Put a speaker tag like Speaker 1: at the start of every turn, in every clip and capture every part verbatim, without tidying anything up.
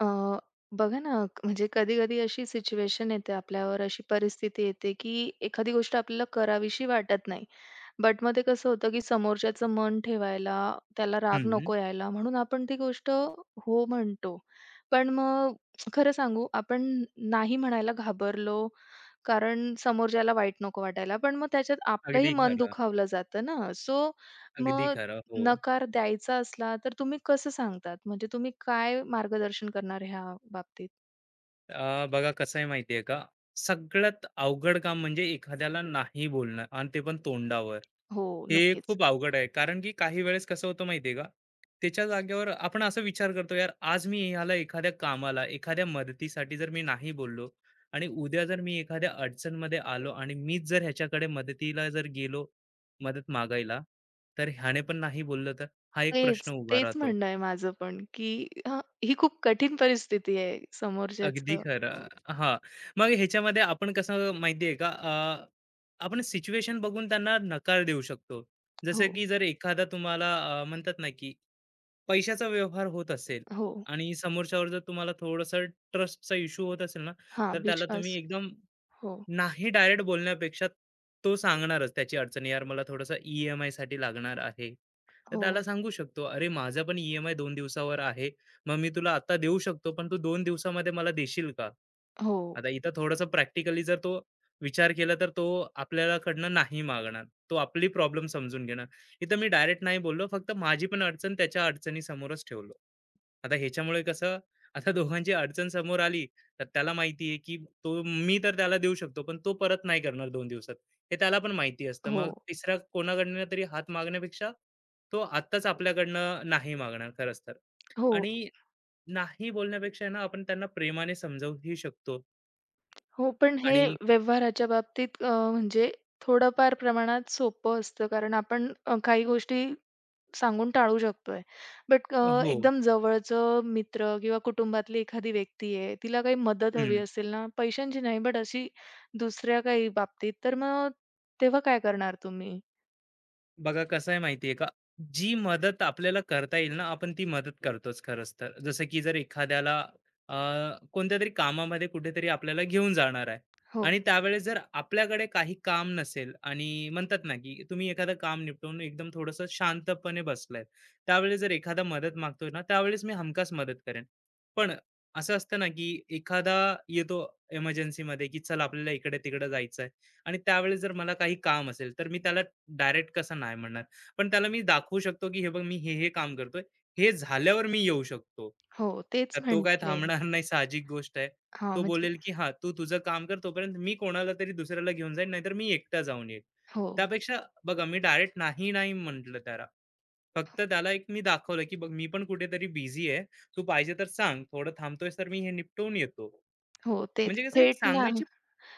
Speaker 1: अ, बघा ना, क- म्हणजे कधी-कधी अशी सिच्युएशन येते आपल्यावर, अशी परिस्थिती येते, की एखादी गोष्ट आपल्याला करावीशी वाटत नाही. बट मग ते कसं होतं, की समोरच्याचं मन ठेवायला, त्याला राग
Speaker 2: हं.
Speaker 1: नको यायला, म्हणून आपण ती गोष्ट हो म्हणतो. पण मग खरं सांगू, आपण नाही म्हणायला घाबरलो, कारण समोरच्याला वाईट नको वाटायला. पण मग त्याच्यात आपलंही
Speaker 2: अगदी
Speaker 1: मन
Speaker 2: खरं,
Speaker 1: दुखावलं जातं ना. सो
Speaker 2: अगदी
Speaker 1: मग
Speaker 2: खरं. हो.
Speaker 1: नकार द्यायचा असला, तर तुम्ही कसं सांगतात? म्हणजे तुम्ही काय मार्गदर्शन करणार ह्या बाबतीत?
Speaker 2: अ, बघा कसं आहे माहिती का, सगळ्यात अवघड काम म्हणजे एखाद्याला नाही बोलणं आणि ते पण तोंडावर.
Speaker 1: हो,
Speaker 2: हे
Speaker 1: नक्कीच.
Speaker 2: खूप अवघड आहे. कारण की काही वेळेस कसं होतं माहिती आहे का, त्याच्या जागेवर आपण असा विचार करतो, "यार आज मी ह्याला एखाद्या कामाला, एखाद्या मदतीसाठी जर मी नाही बोललो आणि उद्या जर मी एखाद्या अडचणमध्ये आलो आणि मीच जर ह्याच्याकडे मदतीला जर गेलो, मदत मागायला, तर ह्याने पण नाही बोललं तर?" हा एक
Speaker 1: तेच,
Speaker 2: प्रश्न उभा
Speaker 1: तेच
Speaker 2: राहतो.
Speaker 1: म्हणणं आहे माझं पण, की हं, ही खूप कठीण परिस्थिती आहे
Speaker 2: अगदी
Speaker 1: समोरच्याचं.
Speaker 2: खरं. हां. मग ह्याच्यामध्ये आपण कसं माहिती आहे का अ, आपण सिच्युएशन बघून त्यांना नकार देऊ शकतो.
Speaker 1: हो,
Speaker 2: जसं की जर एखादा तुम्हाला अ, म्हणतात ना की पैशाचा व्यवहार होत असेल
Speaker 1: हो.
Speaker 2: आणि समोरच्यावर जर तुम्हाला थोडंसं ट्रस्टचा इश्यू होत असेल ना,
Speaker 1: हां,
Speaker 2: तर त्याला तुम्ही
Speaker 1: विश्वास.
Speaker 2: एकदम
Speaker 1: हो,
Speaker 2: नाही डायरेक्ट बोलण्यापेक्षा तो सांगणारच त्याची अडचण. यार, मला थोडंसं ई एम आय साठी लागणार आहे, तर
Speaker 1: हो,
Speaker 2: त्याला सांगू शकतो, अरे माझा पण ई एम आय दोन दिवसावर आहे. मग मी तुला आता देऊ शकतो, पण तू दोन दिवसामध्ये मला देशील का?
Speaker 1: हो,
Speaker 2: आता इथं थोडंसं प्रॅक्टिकली जर तो विचार केला, तर तो आपल्याकडनं नाही मागणार. तो आपली प्रॉब्लेम समजून घेणार. इथं मी डायरेक्ट नाही बोललो, फक्त माझी पण अडचण त्याच्या अडचणीसमोरच ठेवलो. आता ह्याच्यामुळे कसं आता दोघांची अडचण समोर आली, तर त्याला माहिती आहे की तो मी तर त्याला देऊ शकतो, पण तो परत नाही करणार दोन दिवसात. हे त्याला पण माहिती असतं.
Speaker 1: हो,
Speaker 2: मग तिसरा कोणाकडनं तरी हात मागण्यापेक्षा तो आत्ताच आपल्याकडनं नाही मागणार खरंच तर.
Speaker 1: हो,
Speaker 2: आणि नाही बोलण्यापेक्षा आहे ना आपण त्यांना प्रेमाने समजावूही शकतो.
Speaker 1: हो. पण
Speaker 2: आणि
Speaker 1: हे व्यवहाराच्या बाबतीत अ, म्हणजे थोडंफार प्रमाणात सोपं असतं कारण आपण अ, काही गोष्टी सांगून टाळू शकतोय. बट
Speaker 2: हो.
Speaker 1: एकदम जवळचं मित्र किंवा कुटुंबातली एखादी व्यक्ती आहे, तिला काही मदत हवी असेल ना, पैशांची नाही बट अशी दुसऱ्या काही बाबतीत, तर मग तेव्हा काय करणार तुम्ही?
Speaker 2: बघा कसं आहे माहितीये का, जी मदत आपल्याला करता येईल ना आपण ती मदत करतोच खरंच तर. जसं की जर एखाद्याला अ, कोणत्या तरी कामामध्ये कुठेतरी आपल्याला घेऊन जाणार आहे
Speaker 1: हो,
Speaker 2: आणि त्यावेळेस जर आपल्याकडे काही काम नसेल आणि म्हणतात ना की तुम्ही एखादं काम निपटवून एकदम थोडंसं शांतपणे बसलाय, त्यावेळेस जर एखादा मदत मागतोय ना, त्यावेळेस मी हमखास मदत करेन. पण असं असतं ना की एखादा येतो emergency मध्ये की चल आपल्याला इकडे तिकडे जायचं आहे, आणि त्यावेळेस जर मला काही काम असेल तर मी त्याला डायरेक्ट कसं नाही म्हणणार? पण त्याला मी दाखवू शकतो, की हे बघ मी हे, हे काम करतोय. हे झाल्यावर मी येऊ शकतो.
Speaker 1: हो, तेच
Speaker 2: तर तो काय
Speaker 1: म्हटले.
Speaker 2: थांबणार नाही, साहजिक गोष्ट आहे.
Speaker 1: हां,
Speaker 2: तो
Speaker 1: म्हणजे
Speaker 2: बोलेल, की "हां, तू तुझं काम कर, तोपर्यंत मी कोणाला तरी दुसऱ्याला घेऊन जाईन, नाहीतर मी एकटा जाऊन येईन."
Speaker 1: हो,
Speaker 2: त्यापेक्षा बघा मी डायरेक्ट नाही, नाही म्हटलं त्याला. फक्त त्याला एक मी दाखवलं, की "बघ मी पण कुठेतरी बिझी आहे. तू पाहिजे तर सांग. थोडं थांबतोयस तर मी हे निपटवून येतो."
Speaker 1: हो, तेच.
Speaker 2: म्हणजे कसं एक
Speaker 1: थेट नाही.
Speaker 2: सांगायची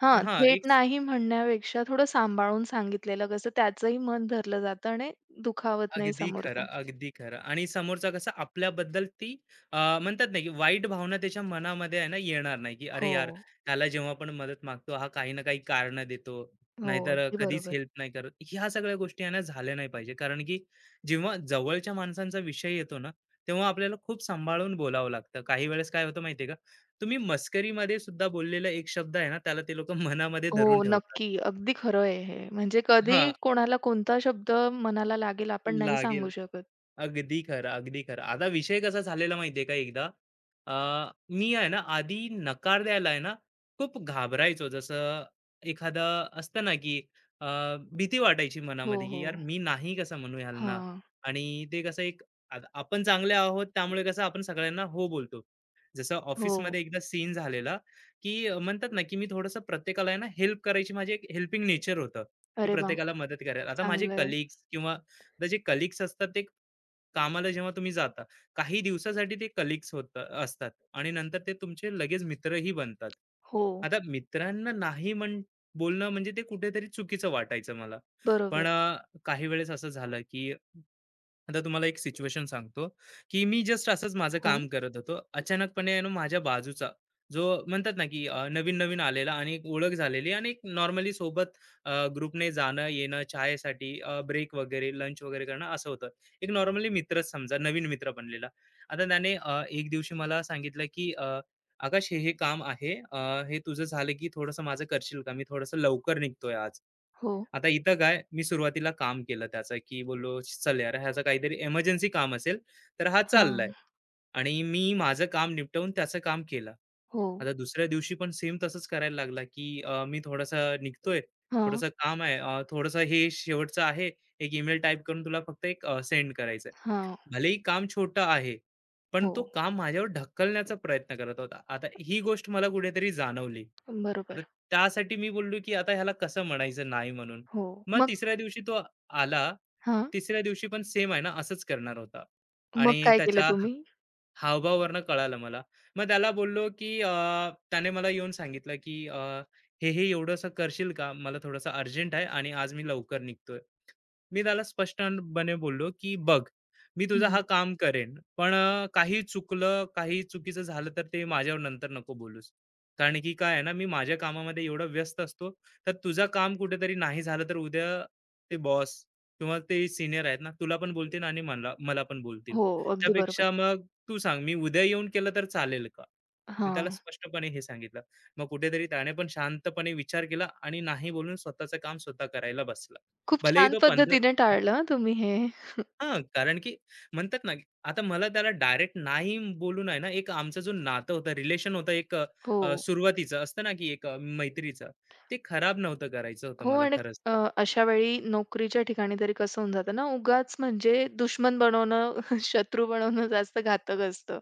Speaker 1: हां,
Speaker 2: हां, एक
Speaker 1: थेट नाही म्हणण्यापेक्षा थोडं सांभाळून सांगितलेलं कसं त्याचंही मन धरलं जातं आणि दुखावत नाही
Speaker 2: अगदी खरं,
Speaker 1: समोरचा.
Speaker 2: अगदी खरं. आणि समोरचा कसं आपल्याबद्दल ती अ, म्हणतात ना, की वाईट भावना त्याच्या मनामध्ये आहे ना येणार नाही, की अरे
Speaker 1: हो,
Speaker 2: यार, ह्याला जेव्हा आपण मदत मागतो, हा काही ना काही कारणं देतो,
Speaker 1: हो,
Speaker 2: नाहीतर
Speaker 1: अगदी
Speaker 2: कधीच
Speaker 1: बरोबर.
Speaker 2: हेल्प नाही करत. ह्या सगळ्या गोष्टी आहे ना झाल्या नाही पाहिजे. कारण की जेव्हा जवळच्या माणसांचा विषय येतो ना, तेव्हा आपल्याला खूप सांभाळून बोलावं लागतं. काही वेळेस काय होतं माहिती का, तुम्ही मस्करीमध्ये सुद्धा बोललेला एक शब्द आहे ना, त्याला ते लोकं मनामध्ये
Speaker 1: हो,
Speaker 2: धरून ठेवतात.
Speaker 1: नक्की. अगदी खरं आहे हे. म्हणजे कधी
Speaker 2: हां,
Speaker 1: कोणाला कोणता शब्द मनाला लागेल आपण नाही
Speaker 2: लागेल.
Speaker 1: सांगू शकत.
Speaker 2: अगदी खरं, अगदी खरं. आता विषय कसा झालेला माहितीये का एकदा, अ, मी आहे ना आधी नकार द्यायला आहे ना खूप घाबरायचो. जसं एखादं असतं ना की अ, भीती वाटायची
Speaker 1: हो,
Speaker 2: मनामध्ये की यार
Speaker 1: हो.
Speaker 2: मी नाही कसं म्हणू ह्यांना.
Speaker 1: हां.
Speaker 2: आणि ते कसं एक आत- आपण चांगले आहोत त्यामुळे कसं आपण सगळ्यांना हो बोलतो. जसं
Speaker 1: हो.
Speaker 2: ऑफिसमध्ये एकदा सीन झालेला की अ, म्हणतात ना की मी थोडंसं प्रत्येकाला आहे ना हेल्प करायची माझी एक हेल्पिंग नेचर होतं, की
Speaker 1: अरे वाह!
Speaker 2: प्रत्येकाला मदत करायला. आता माझे
Speaker 1: चांगलं आहे.
Speaker 2: कलीग्स किंवा आता जे कलीग्स असतात ते, कामाला जेव्हा तुम्ही जाता, काही दिवसासाठी ते कलीग्स होता असतात आणि नंतर ते तुमचे लगेच मित्रही बनतात.
Speaker 1: हो,
Speaker 2: आता मित्रांना नाही म्हण बोलणं म्हणजे ते कुठेतरी चुकीचं वाटायचं मला.
Speaker 1: बरोबर.
Speaker 2: पण अ, काही वेळेस असं झालं, की आता तुम्हाला एक सिच्युएशन सांगतो, की मी जस्ट असंच माझं
Speaker 1: हां.
Speaker 2: काम करत होतो. अचानकपणे आहे ना माझ्या बाजूचा जो म्हणतात ना, की अ, नवीन-नवीन आलेला आणि एक ओळख झालेली आणि एक नॉर्मली सोबत ग्रुपने जाणं-येणं, चायसाठी ब्रेक वगैरे, लंच वगैरे करणं असं होतं. एक नॉर्मली मित्रच समजा नवीन मित्र बनलेला. आता त्याने अ, एक दिवशी मला सांगितलं, की अ, "आकाश हे, हे काम आहे. अ, हे तुझं झालं, की थोडंसं माझं करशील का? मी थोडंसं लवकर निघतोय आज."
Speaker 1: हो.
Speaker 2: आता इथं काय मी सुरुवातीला काम केलं त्याचं, की बोललो, "चल यार ह्याचं काहीतरी इमर्जन्सी काम असेल, तर हा चाललाय."
Speaker 1: हां.
Speaker 2: आणि मी माझं काम निपटवून त्याचं काम केलं.
Speaker 1: हो.
Speaker 2: आता दुसऱ्या दिवशी पण सेम तसंच करायला लागला, की अ, "मी थोडंसं निघतोय,
Speaker 1: हां.
Speaker 2: थोडंसं काम आहे, अ, थोडंसं हे शेवटचं आहे, एक ईमेल टाइप करून तुला फक्त एक सेंड करायचंय."
Speaker 1: हां.
Speaker 2: भलेही काम छोटं आहे, पण
Speaker 1: हो.
Speaker 2: तो काम माझ्यावर ढकलण्याचा प्रयत्न करत होता. आता ही गोष्ट मला कुठेतरी जाणवली. आता
Speaker 1: बरोबर.
Speaker 2: त्यासाठी मी बोललो, की आता ह्याला कसं म्हणायचं नाही म्हणून.
Speaker 1: हो.
Speaker 2: मग
Speaker 1: मग
Speaker 2: तिसऱ्या दिवशी तो आला.
Speaker 1: हां.
Speaker 2: तिसऱ्या दिवशी पण सेम आहे ना, असंच करणार होता
Speaker 1: मग
Speaker 2: आणि
Speaker 1: काय केलं
Speaker 2: त्याच्या
Speaker 1: तुम्ही?
Speaker 2: हावभावावरनं कळालं मला. मग त्याला बोललो, की अ, त्याने मला येऊन सांगितलं, की अ, "हे, हे एवढंसं करशील का? मला थोडंसं अर्जंट आहे आणि आज मी लवकर निघतोय." मी त्याला स्पष्टपणे बोललो, की "बघ, मी तुझा हा
Speaker 1: हं.
Speaker 2: काम करेन, पण अ, काही चुकलं, काही चुकीचं झालं तर ते माझ्यावर नंतर नको बोलूस. कारण की काय आहे ना, मी माझ्या कामामध्ये एवढा व्यस्त असतो, तर तुझं काम कुठेतरी नाही झालं तर उद्या ते बॉस किंवा ते सीनियर आहेत ना, तुला पण बोलतील आणि मला मला पण बोलतील.
Speaker 1: हो, अगदी बरोबर.
Speaker 2: त्यापेक्षा मग तू सांग मी उद्या येऊन केलं तर चालेल का? मी त्याला
Speaker 1: हां.
Speaker 2: स्पष्टपणे हे सांगितलं. मग कुठेतरी त्याने पण शांतपणे विचार केला आणि नाही बोलून स्वतःचं काम स्वतः करायला बसला.
Speaker 1: खूप
Speaker 2: भलेही
Speaker 1: छान
Speaker 2: तो पंधरा
Speaker 1: पद्धतीने टाळलं तुम्ही हे.
Speaker 2: हां, कारण की म्हणतात ना, की आता मला त्याला डायरेक्ट नाही बोलून आहे ना, एक आमचं जो नातं होतं, रिलेशन होतं एक
Speaker 1: हो.
Speaker 2: अ, सुरुवातीचं असतं ना, की एक अ, मैत्रीचं, ते खराब नव्हतं करायचं होतं
Speaker 1: हो
Speaker 2: मला
Speaker 1: आणि
Speaker 2: खरंच.
Speaker 1: अ, अशा वेळी नोकरीच्या ठिकाणी तरी कसं होऊन जातं ना, उगाच म्हणजे दुश्मन बनवणं, शत्रू बनवणं जास्त घातक असतं.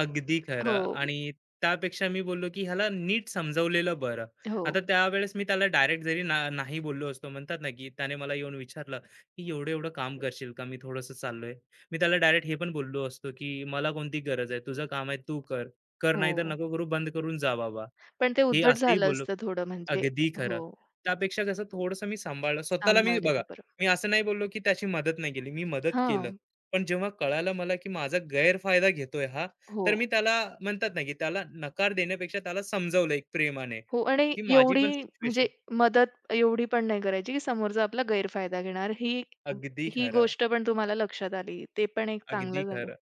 Speaker 2: अगदी
Speaker 1: हो,
Speaker 2: खरं. आणि त्यापेक्षा मी बोललो, की ह्याला नीट समजावलेलं बरं.
Speaker 1: हो,
Speaker 2: आता त्यावेळेस मी त्याला डायरेक्ट जरी ना नाही बोललो असतो म्हणतात ना, की त्याने मला येऊन विचारलं, की "एवढं-एवढं काम करशील का? मी थोडंसं चाललोय." मी त्याला डायरेक्ट हे पण बोललो असतो, की "मला कोणती गरज आहे? तुझं काम आहे तू कर. कर नाहीतर
Speaker 1: हो.
Speaker 2: नको करू, बंद करून जा बाबा."
Speaker 1: पण ते
Speaker 2: हे
Speaker 1: उद्धट
Speaker 2: असंही
Speaker 1: झालं
Speaker 2: बोललो.
Speaker 1: असतं थोडं म्हणजे
Speaker 2: अगदी खरं.
Speaker 1: हो,
Speaker 2: त्यापेक्षा कसं थोडंसं मी सांभाळलं. स्वतःला मी बघा,
Speaker 1: सांभाळलेलं बरं.
Speaker 2: मी असं नाही बोललो, की त्याची मदत नाही केली. मी मदत केलं.
Speaker 1: हां,
Speaker 2: पण जेव्हा कळालं मला, की माझा गैरफायदा घेतोय हा,
Speaker 1: हो,
Speaker 2: तर मी त्याला म्हणतात ना, की त्याला नकार देण्यापेक्षा त्याला समजावलं एक प्रेमाने,
Speaker 1: हो आणि
Speaker 2: की माझी पण
Speaker 1: एवढी
Speaker 2: सिच्युएशन.
Speaker 1: म्हणजे मदत एवढी पण नाही करायची, की समोरचा आपला गैरफायदा घेणार. ही
Speaker 2: अगदी
Speaker 1: ही
Speaker 2: खरं,
Speaker 1: गोष्ट पण तुम्हाला लक्षात आली. ते पण एक
Speaker 2: अगदी
Speaker 1: चांगलं झालं.
Speaker 2: खरं.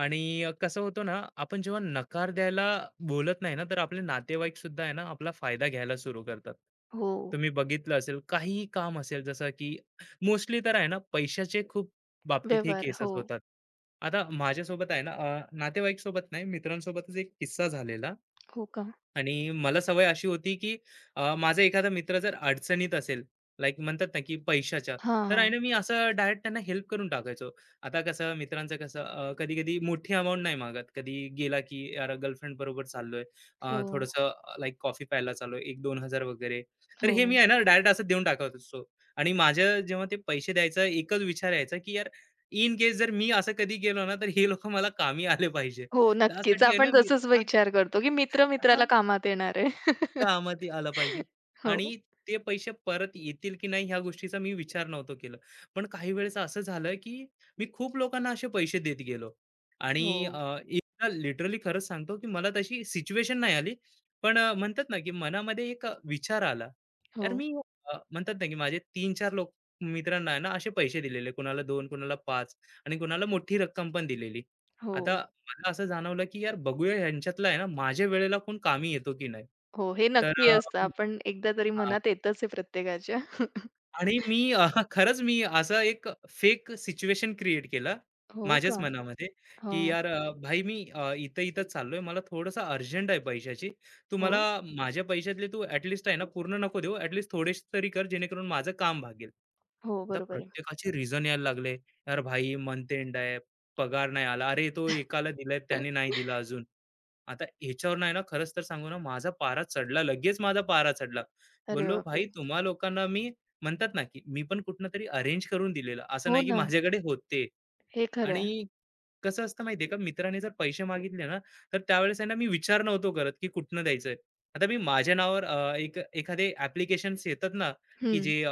Speaker 2: आणि अ, कसं होतं ना, आपण जेव्हा नकार द्यायला बोलत नाही ना, तर आपले नातेवाईक सुद्धा आहे ना, आपला फायदा घ्यायला सुरू करतात.
Speaker 1: हो,
Speaker 2: तुम्ही बघितलं असेल, काहीही काम असेल, जसं की मोस्टली तर आहे ना, पैशाचे खूप बाबतीत हे
Speaker 1: व्यवहार.
Speaker 2: केसेस
Speaker 1: हो,
Speaker 2: होतात. आता माझ्यासोबत आहे ना, अ, नातेवाईकसोबत नाही, मित्रांसोबतच एक किस्सा झालेला.
Speaker 1: हो का?
Speaker 2: आणि मला सवय अशी होती, की अ, माझा एखादा मित्र जर अडचणीत असेल, लाइक म्हणतात ना, की पैशाच्या,
Speaker 1: हां,
Speaker 2: तर आहे
Speaker 1: हां.
Speaker 2: ना, मी असं डायरेक्ट त्यांना हेल्प करून टाकायचो. आता कसं मित्रांचं कसं कधी-कधी मोठी अमाउंट नाही मागत. कधी गेला, की "यार गर्लफ्रेंड बरोबर चाललोय, अ,
Speaker 1: हो,
Speaker 2: थोडंसं लाइक कॉफी प्यायला चाललोय, हजार-दोन हजार वगैरे." तर
Speaker 1: हो.
Speaker 2: हे मी आहे ना, डायरेक्ट असं देऊन टाकत असतो. आणि माझ्या जेव्हा ते पैसे द्यायचा एकच विचार यायचा, की यार इन केस जर मी असं कधी गेलो ना, तर हे लोकं मला कामी आले पाहिजे.
Speaker 1: हो, नक्कीच.
Speaker 2: त्यासाठी आहे ना,
Speaker 1: आपण
Speaker 2: मी
Speaker 1: तसंच विचार करतो, की मित्र मित्राला कामात येणार आहे.
Speaker 2: कामात आलं पाहिजे.
Speaker 1: हो,
Speaker 2: आणि ते पैसे परत येतील की नाही ह्या गोष्टीचा मी विचार नव्हतो केला. पण काही वेळेस असं झालं की मी खूप लोकांना असे पैसे देत गेलो आणि
Speaker 1: हो,
Speaker 2: अ, एकदा लिटरली खरंच सांगतो की मला तशी सिच्युएशन नाही आली. पण अ, म्हणतात ना की मनामध्ये एक अ, विचार आला.
Speaker 1: हो,
Speaker 2: यार मी अ, म्हणतात ना की माझे तीन चार लोक मित्रांना आहे ना असे पैसे दिलेले. कुणाला दोन, कुणाला पाच आणि कुणाला मोठी रक्कम पण दिलेली. आता
Speaker 1: हो,
Speaker 2: मला असं जाणवलं, की यार बघूया ह्यांच्यातला आहे ना, माझ्या वेळेला कोण कामी येतो की नाही.
Speaker 1: हो. हे
Speaker 2: तर
Speaker 1: नक्की
Speaker 2: अ,
Speaker 1: असतं. आपण एकदा तरी
Speaker 2: हां.
Speaker 1: मनात येतच आहे प्रत्येकाच्या.
Speaker 2: आणि मी अ, खरंच मी असं एक फेक सिच्युएशन क्रिएट केलं
Speaker 1: हो
Speaker 2: माझ्याच
Speaker 1: का?
Speaker 2: मनामध्ये, की
Speaker 1: हां.
Speaker 2: "यार अ, भाई मी अ, इथं-इथं चाललोय. मला थोडंसं अर्जंट आहे पैशाची. तू
Speaker 1: हो,
Speaker 2: मला माझ्या पैशातले तू ॲटलीस्ट आहे ना पूर्ण नको देऊ. ॲटलीस्ट थोडेसे तरी कर जेणेकरून माझं काम भागेल."
Speaker 1: हो.
Speaker 2: आता
Speaker 1: बरोबर आहे.
Speaker 2: प्रत्येकाचे रिझन यायला लागले. "यार भाई मंथ एंड आहे. पगार नाही आला. अरे तो एकाला दिलाय त्याने नाही दिला अजून." आता ह्याच्यावर नाही ना खरंच तर सांगू ना माझा पारा चढला. लगेच माझा पारा चढला.
Speaker 1: अरे
Speaker 2: बोललो, "भाई
Speaker 1: बापरे!
Speaker 2: तुम्हा लोकांना मी म्हणतात ना, की मी पण कुठनं तरी अरेंज करून दिलेलं. असं
Speaker 1: हो
Speaker 2: नाही की
Speaker 1: ना,
Speaker 2: माझ्याकडे होते.
Speaker 1: हे खरं
Speaker 2: आणि
Speaker 1: आहे.
Speaker 2: कसं असतं माहिती आहे का, मित्राने जर पैसे मागितले ना, तर त्यावेळेस आहे ना, मी विचार नव्हतो करत, की कुठनं द्यायचंय. आता मी माझ्या नावावर अ, एक एखादे ॲप्लिकेशन्स येतात ना, की
Speaker 1: हं.
Speaker 2: जे अ,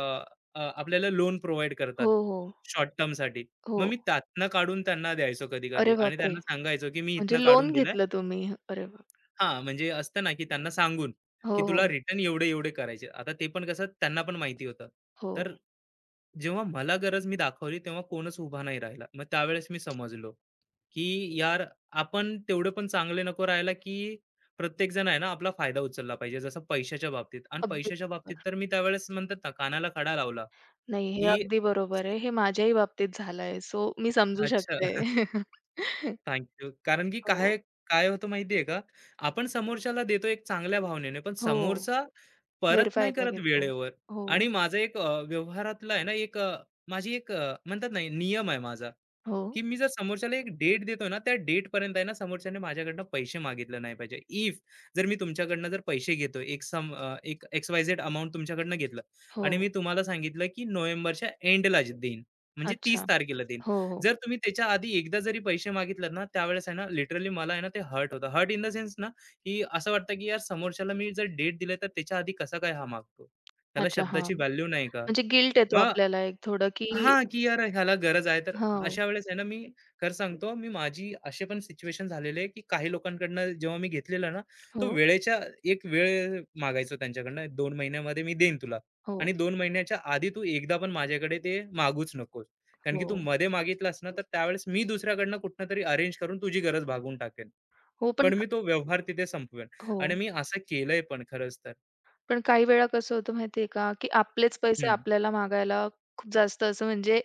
Speaker 2: अ, आपल्याला लोन प्रोव्हाईड करतात
Speaker 1: हो, हो,
Speaker 2: शॉर्ट टर्मसाठी.
Speaker 1: हो.
Speaker 2: मग मी त्यातनं काढून त्यांना द्यायचो कधी-कधी
Speaker 1: अरे
Speaker 2: आणि
Speaker 1: बापरे!
Speaker 2: त्यांना सांगायचो, की मी
Speaker 1: म्हणजे
Speaker 2: इथनं काढून
Speaker 1: लोन
Speaker 2: दिलं
Speaker 1: घेतलं तुम्ही. अरे बाप
Speaker 2: हां, म्हणजे असतं ना, की त्यांना सांगून,
Speaker 1: हो,
Speaker 2: की
Speaker 1: हो,
Speaker 2: तुला रिटर्न एवढे-एवढे करायचे. आता ते पण कसं त्यांना पण माहिती होतं.
Speaker 1: हो.
Speaker 2: तर जेव्हा मला गरज मी दाखवली, तेव्हा कोणच उभा नाही राहिला. मग त्यावेळेस मी समजलो, की यार आपण तेवढे पण चांगले नको राहायला, की प्रत्येकजण आहे ना, आपला फायदा उचलला पाहिजे. जसं पैशाच्या बाबतीत आणि
Speaker 1: अगदी
Speaker 2: पैशाच्या बाबतीत तर मी त्यावेळेस म्हणतात ना, कानाला खडा लावला,
Speaker 1: नाही, हे
Speaker 2: की
Speaker 1: अगदी बरोबर आहे. हे माझ्याही बाबतीत झालंय. सो मी समजू
Speaker 2: अच्छा.
Speaker 1: शकते.
Speaker 2: थँक कारण की
Speaker 1: हो.
Speaker 2: काय काय होतं माहितीये का? आपण समोरच्याला देतो एक चांगल्या भावनेने, पण
Speaker 1: हो.
Speaker 2: समोरचा परत नाही
Speaker 1: गैरफायदा
Speaker 2: करत
Speaker 1: घेतो.
Speaker 2: वेळेवर.
Speaker 1: हो,
Speaker 2: आणि माझा एक अ, व्यवहारातला आहे ना, एक अ, माझी एक अ, म्हणतात ना, नियम आहे माझा.
Speaker 1: हो,
Speaker 2: की मी जर समोरच्याला एक डेट देतोय ना, त्या डेटपर्यंत आहे ना, समोरच्याने माझ्याकडनं पैसे मागितले नाही पाहिजे. इफ जर मी तुमच्याकडनं जर पैसे घेतोय, एक सम अ, एक एक्स-वाय-झेड अमाउंट तुमच्याकडनं घेतलं
Speaker 1: हो.
Speaker 2: आणि मी तुम्हाला सांगितलं की नोव्हेंबरच्या एंडला देईन, म्हणजे तीस
Speaker 1: अच्छा.
Speaker 2: तारखेला देईन.
Speaker 1: हो, हो.
Speaker 2: जर तुम्ही त्याच्या आधी एकदा जरी पैसे मागितलेत ना, त्यावेळेस आहे ना, लिटरली मला आहे ना, ते हर्ट होतं. हर्ट इन द सेन्स ना, की असं वाटतं की यार समोरच्याला मी जर डेट दिले, तर त्याच्या आधी कसा काय हा मागतो? त्याला
Speaker 1: अच्छा, हां.
Speaker 2: शब्दाची व्हॅल्यू नाही का?
Speaker 1: म्हणजे गिल्ट येतो आपल्याला एक थोडं, की
Speaker 2: हां, की यार ह्याला गरज आहे. तर
Speaker 1: हो,
Speaker 2: अशा वेळेस आहे ना, मी खरं सांगतो, मी माझी असे पण सिच्युएशन झालेले आहे, की काही लोकांकडनं जेव्हा मी घेतलेलं ना, तो
Speaker 1: हो,
Speaker 2: वेळेच्या एक वेळ मागायचो त्यांच्याकडनं, दोन महिन्यामध्ये मी देईन तुला
Speaker 1: हो,
Speaker 2: आणि दोन महिन्याच्या आधी तू एकदा पण माझ्याकडे ते मागूच नकोस. कारण
Speaker 1: हो.
Speaker 2: की तू मध्ये मागितलास ना, तर त्यावेळेस मी दुसऱ्याकडनं कुठूनतरी अरेंज करून तुझी गरज भागवून टाकेन.
Speaker 1: हो, पण
Speaker 2: पण
Speaker 1: क
Speaker 2: मी तो व्यवहार तिथे संपवेन
Speaker 1: हो.
Speaker 2: आणि मी असं केलंय पण खरंच तर.
Speaker 1: पण काही वेळा कसं होतं माहिती आहे का, की आपलेच पैसे
Speaker 2: हं,
Speaker 1: आपल्याला मागायला खूप जास्त असं म्हणजे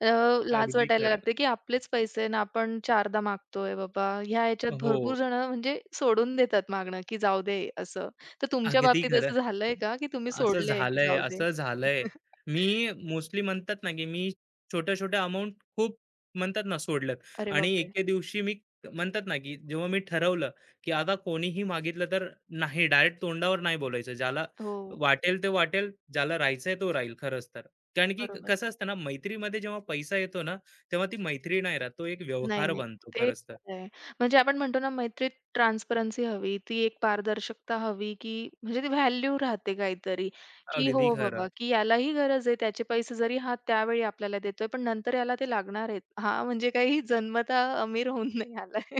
Speaker 1: अ, लाज
Speaker 2: अगदी
Speaker 1: वाटायला
Speaker 2: खरं.
Speaker 1: लागते, की आपलेच पैसे ना आपण चारदा मागतोय बाबा. ह्या ह्याच्यात
Speaker 2: हो.
Speaker 1: भरपूर जणं म्हणजे सोडून देतात मागणं, की जाऊ दे असं. तर तुमच्या
Speaker 2: अगदी
Speaker 1: बाबतीत
Speaker 2: खरं.
Speaker 1: असं झालंय का, की तुम्ही
Speaker 2: असं
Speaker 1: सोडलंय, की
Speaker 2: झालंय,
Speaker 1: जाऊ दे?
Speaker 2: असं झालंय. मी मोस्टली म्हणतात ना, की मी छोट्या-छोट्या अमाउंट खूप म्हणतात ना, सोडल्यात
Speaker 1: अरे
Speaker 2: आणि
Speaker 1: बापरे!
Speaker 2: एके दिवशी मी म्हणतात ना, की जेव्हा मी ठरवलं, की आता कोणीही मागितलं तर नाही, डायरेक्ट तोंडावर नाही बोलायचं. ज्याला
Speaker 1: हो,
Speaker 2: वाटेल ते वाटेल, ज्याला राहायचंय तो राहील खरंच तर. कारण की क-
Speaker 1: बरोबर.
Speaker 2: कसं असतं ना, मैत्रीमध्ये जेव्हा पैसा येतो ना, तेव्हा ती मैत्री नाही राहत. तो एक
Speaker 1: नाही,
Speaker 2: व्यवहार
Speaker 1: नाही.
Speaker 2: बनतो
Speaker 1: ते
Speaker 2: खरंच तर.
Speaker 1: खरं आहे. म्हणजे आपण म्हणतो ना, मैत्रीत ट्रान्सपरन्सी हवी. ती एक पारदर्शकता हवी, की म्हणजे ती व्हॅल्यू राहते काहीतरी, की
Speaker 2: अगदी
Speaker 1: हो
Speaker 2: खरं.
Speaker 1: बाबा, की यालाही गरज आहे. त्याचे पैसे जरी हा त्यावेळी आपल्याला देतोय, पण नंतर याला ते लागणार आहेत. हा म्हणजे काही जन्मतः अमीर होऊन नाही आलाय.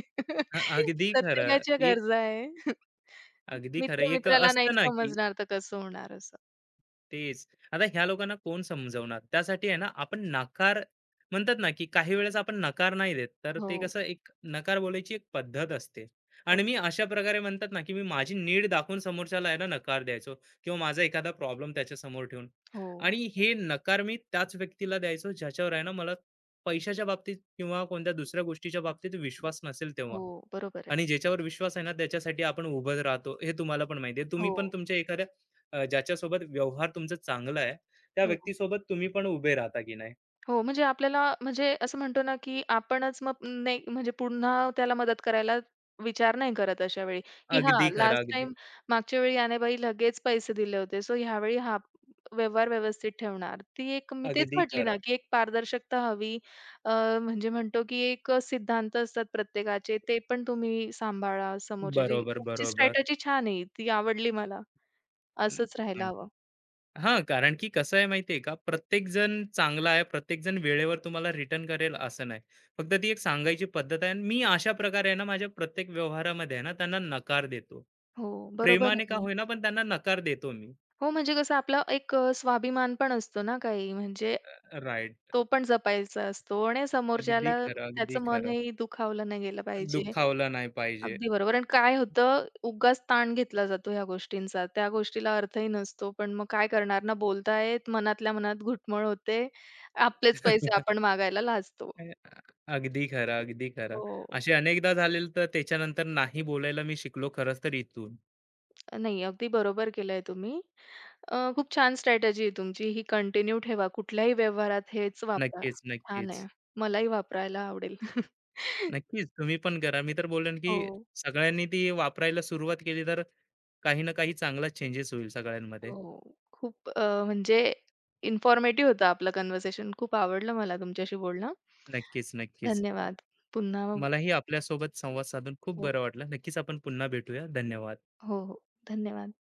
Speaker 2: अ, अगदी खरं.
Speaker 1: प्रत्येकाच्या
Speaker 2: एक
Speaker 1: गरजा आहे.
Speaker 2: अगदी खरं.
Speaker 1: मित्र
Speaker 2: एक
Speaker 1: मित्राला नाही
Speaker 2: असतं ना, की
Speaker 1: समजणार तर कसं होणार असं.
Speaker 2: तेच. आता ह्या लोकांना कोण समजवणार? त्यासाठी आहे ना, आपण नकार म्हणतात ना, की काही वेळेस आपण नकार नाही देत. तर ते
Speaker 1: हो.
Speaker 2: कसं एक नकार बोलायची एक पद्धत असते.
Speaker 1: अ,
Speaker 2: आणि मी अशा प्रकारे म्हणतात ना, की मी माझी नीड दाखवून समोरच्याला आहे ना, नकार द्यायचो किंवा माझा एखादा प्रॉब्लेम त्याच्यासमोर ठेवून.
Speaker 1: हो,
Speaker 2: आणि हे नकार मी त्याच व्यक्तीला द्यायचो, ज्याच्यावर आहे ना, मला पैशाच्या बाबतीत किंवा कोणत्या दुसऱ्या गोष्टीच्या बाबतीत विश्वास नसेल तेव्हा.
Speaker 1: हो. बरोबर आहे.
Speaker 2: आणि ज्याच्यावर विश्वास आहे ना त्याच्यासाठी आपण उभं राहतो हे तुम्हाला पण माहिती आहे. तुम्ही पण
Speaker 1: हो,
Speaker 2: तुमच्या एखाद्या अ, ज्याच्यासोबत व्यवहार तुमचा चांगला आहे त्या
Speaker 1: हो.
Speaker 2: व्यक्तीसोबत तुम्ही पण उभे राहता की नाही.
Speaker 1: हो, म्हणजे आपल्याला म्हणजे असं म्हणतो ना, की आपणच मग नाही म्हणजे पुन्हा त्याला मदत करायला विचार नाही करत अशा वेळी, की
Speaker 2: अगदी
Speaker 1: हां,
Speaker 2: खरं,
Speaker 1: लास्ट
Speaker 2: अगदी,
Speaker 1: टाइम मागच्या वेळी यानेबाई लगेच पैसे दिले होते, सो ह्यावेळी हा व्यवहार व्यवस्थित ठेवणार. ती एक मी तेच
Speaker 2: अगदी
Speaker 1: म्हटली ना,
Speaker 2: खरं.
Speaker 1: की एक पारदर्शकता हवी. अ, म्हणजे म्हणतो, की एक सिद्धांत असतात प्रत्येकाचे, ते पण तुम्ही सांभाळा समोरच्याची.
Speaker 2: बरोबर,
Speaker 1: तुमची
Speaker 2: बरोबर.
Speaker 1: स्ट्रॅटेजी छान आहे, ती आवडली मला.
Speaker 2: हं,
Speaker 1: असंच राहायला
Speaker 2: आणि
Speaker 1: हवं.
Speaker 2: हां, कारण की कसं आहे माहिती आहे का, प्रत्येकजण चांगला आहे, प्रत्येकजण वेळेवर तुम्हाला रिटर्न करेल असं नाही. फक्त ती एक सांगायची पद्धत आहे आणि मी अशा प्रकारे आहे ना माझ्या प्रत्येक व्यवहारामध्ये आहे ना त्यांना नकार देतो.
Speaker 1: हो, बरोबर
Speaker 2: प्रेमाने का
Speaker 1: आहे.
Speaker 2: होईना पण त्यांना नकार देतो मी.
Speaker 1: हो, म्हणजे कसं आपला एक अ, स्वाभिमान पण असतो ना काही म्हणजे
Speaker 2: राइट.
Speaker 1: तो पण जपायचा असतो आणि
Speaker 2: अगदी
Speaker 1: समोरच्याला
Speaker 2: खरं, अगदी
Speaker 1: त्याचं
Speaker 2: खरं.
Speaker 1: मनही दुखावलं नाही गेलं पाहिजे.
Speaker 2: दुखावलं नाही पाहिजे.
Speaker 1: अगदी बरोबर. आणि काय होतं उगाच ताण घेतला जातो ह्या गोष्टींचा. त्या गोष्टीला अर्थही नसतो. पण मग काय करणार ना बोलतायेत, मनातल्या मनात घुटमळ होते. आपलेच पैसे आपण मागायला लाजतो.
Speaker 2: अ, अगदी खरं, अगदी खरं.
Speaker 1: हो.
Speaker 2: असे अनेकदा झालेलं तर त्याच्यानंतर नाही बोलायला मी शिकलो खरंच तर इथून.
Speaker 1: नाही, अगदी बरोबर केलंय तुम्ही. अ, खूप छान स्ट्रॅटेजी आहे तुमची. ही कंटिन्यू ठेवा. कुठल्याही व्यवहारात हेच वापरा.
Speaker 2: नक्कीच,
Speaker 1: छान
Speaker 2: नक्कीच.
Speaker 1: आहे. मलाही वापरायला आवडेल.
Speaker 2: नक्कीच तुम्ही पण करा. मी तर बोलेन की
Speaker 1: हो,
Speaker 2: सगळ्यांनी ती वापरायला सुरुवात केली तर काही ना काही चांगला चेंजेस होईल सगळ्यांमध्ये.
Speaker 1: हो. खूप अ, म्हणजे इन्फॉर्मेटिव्ह होतं आपलं कन्व्हर्सेशन. खूप आवडलं मला तुमच्याशी बोलणं.
Speaker 2: नक्कीच, नक्कीच.
Speaker 1: धन्यवाद. पुन्हा हो,
Speaker 2: मलाही आपल्यासोबत संवाद साधून खूप
Speaker 1: हो,
Speaker 2: बरं वाटलं. नक्कीच आपण पुन्हा भेटूया. धन्यवाद.
Speaker 1: हो. धन्यवाद.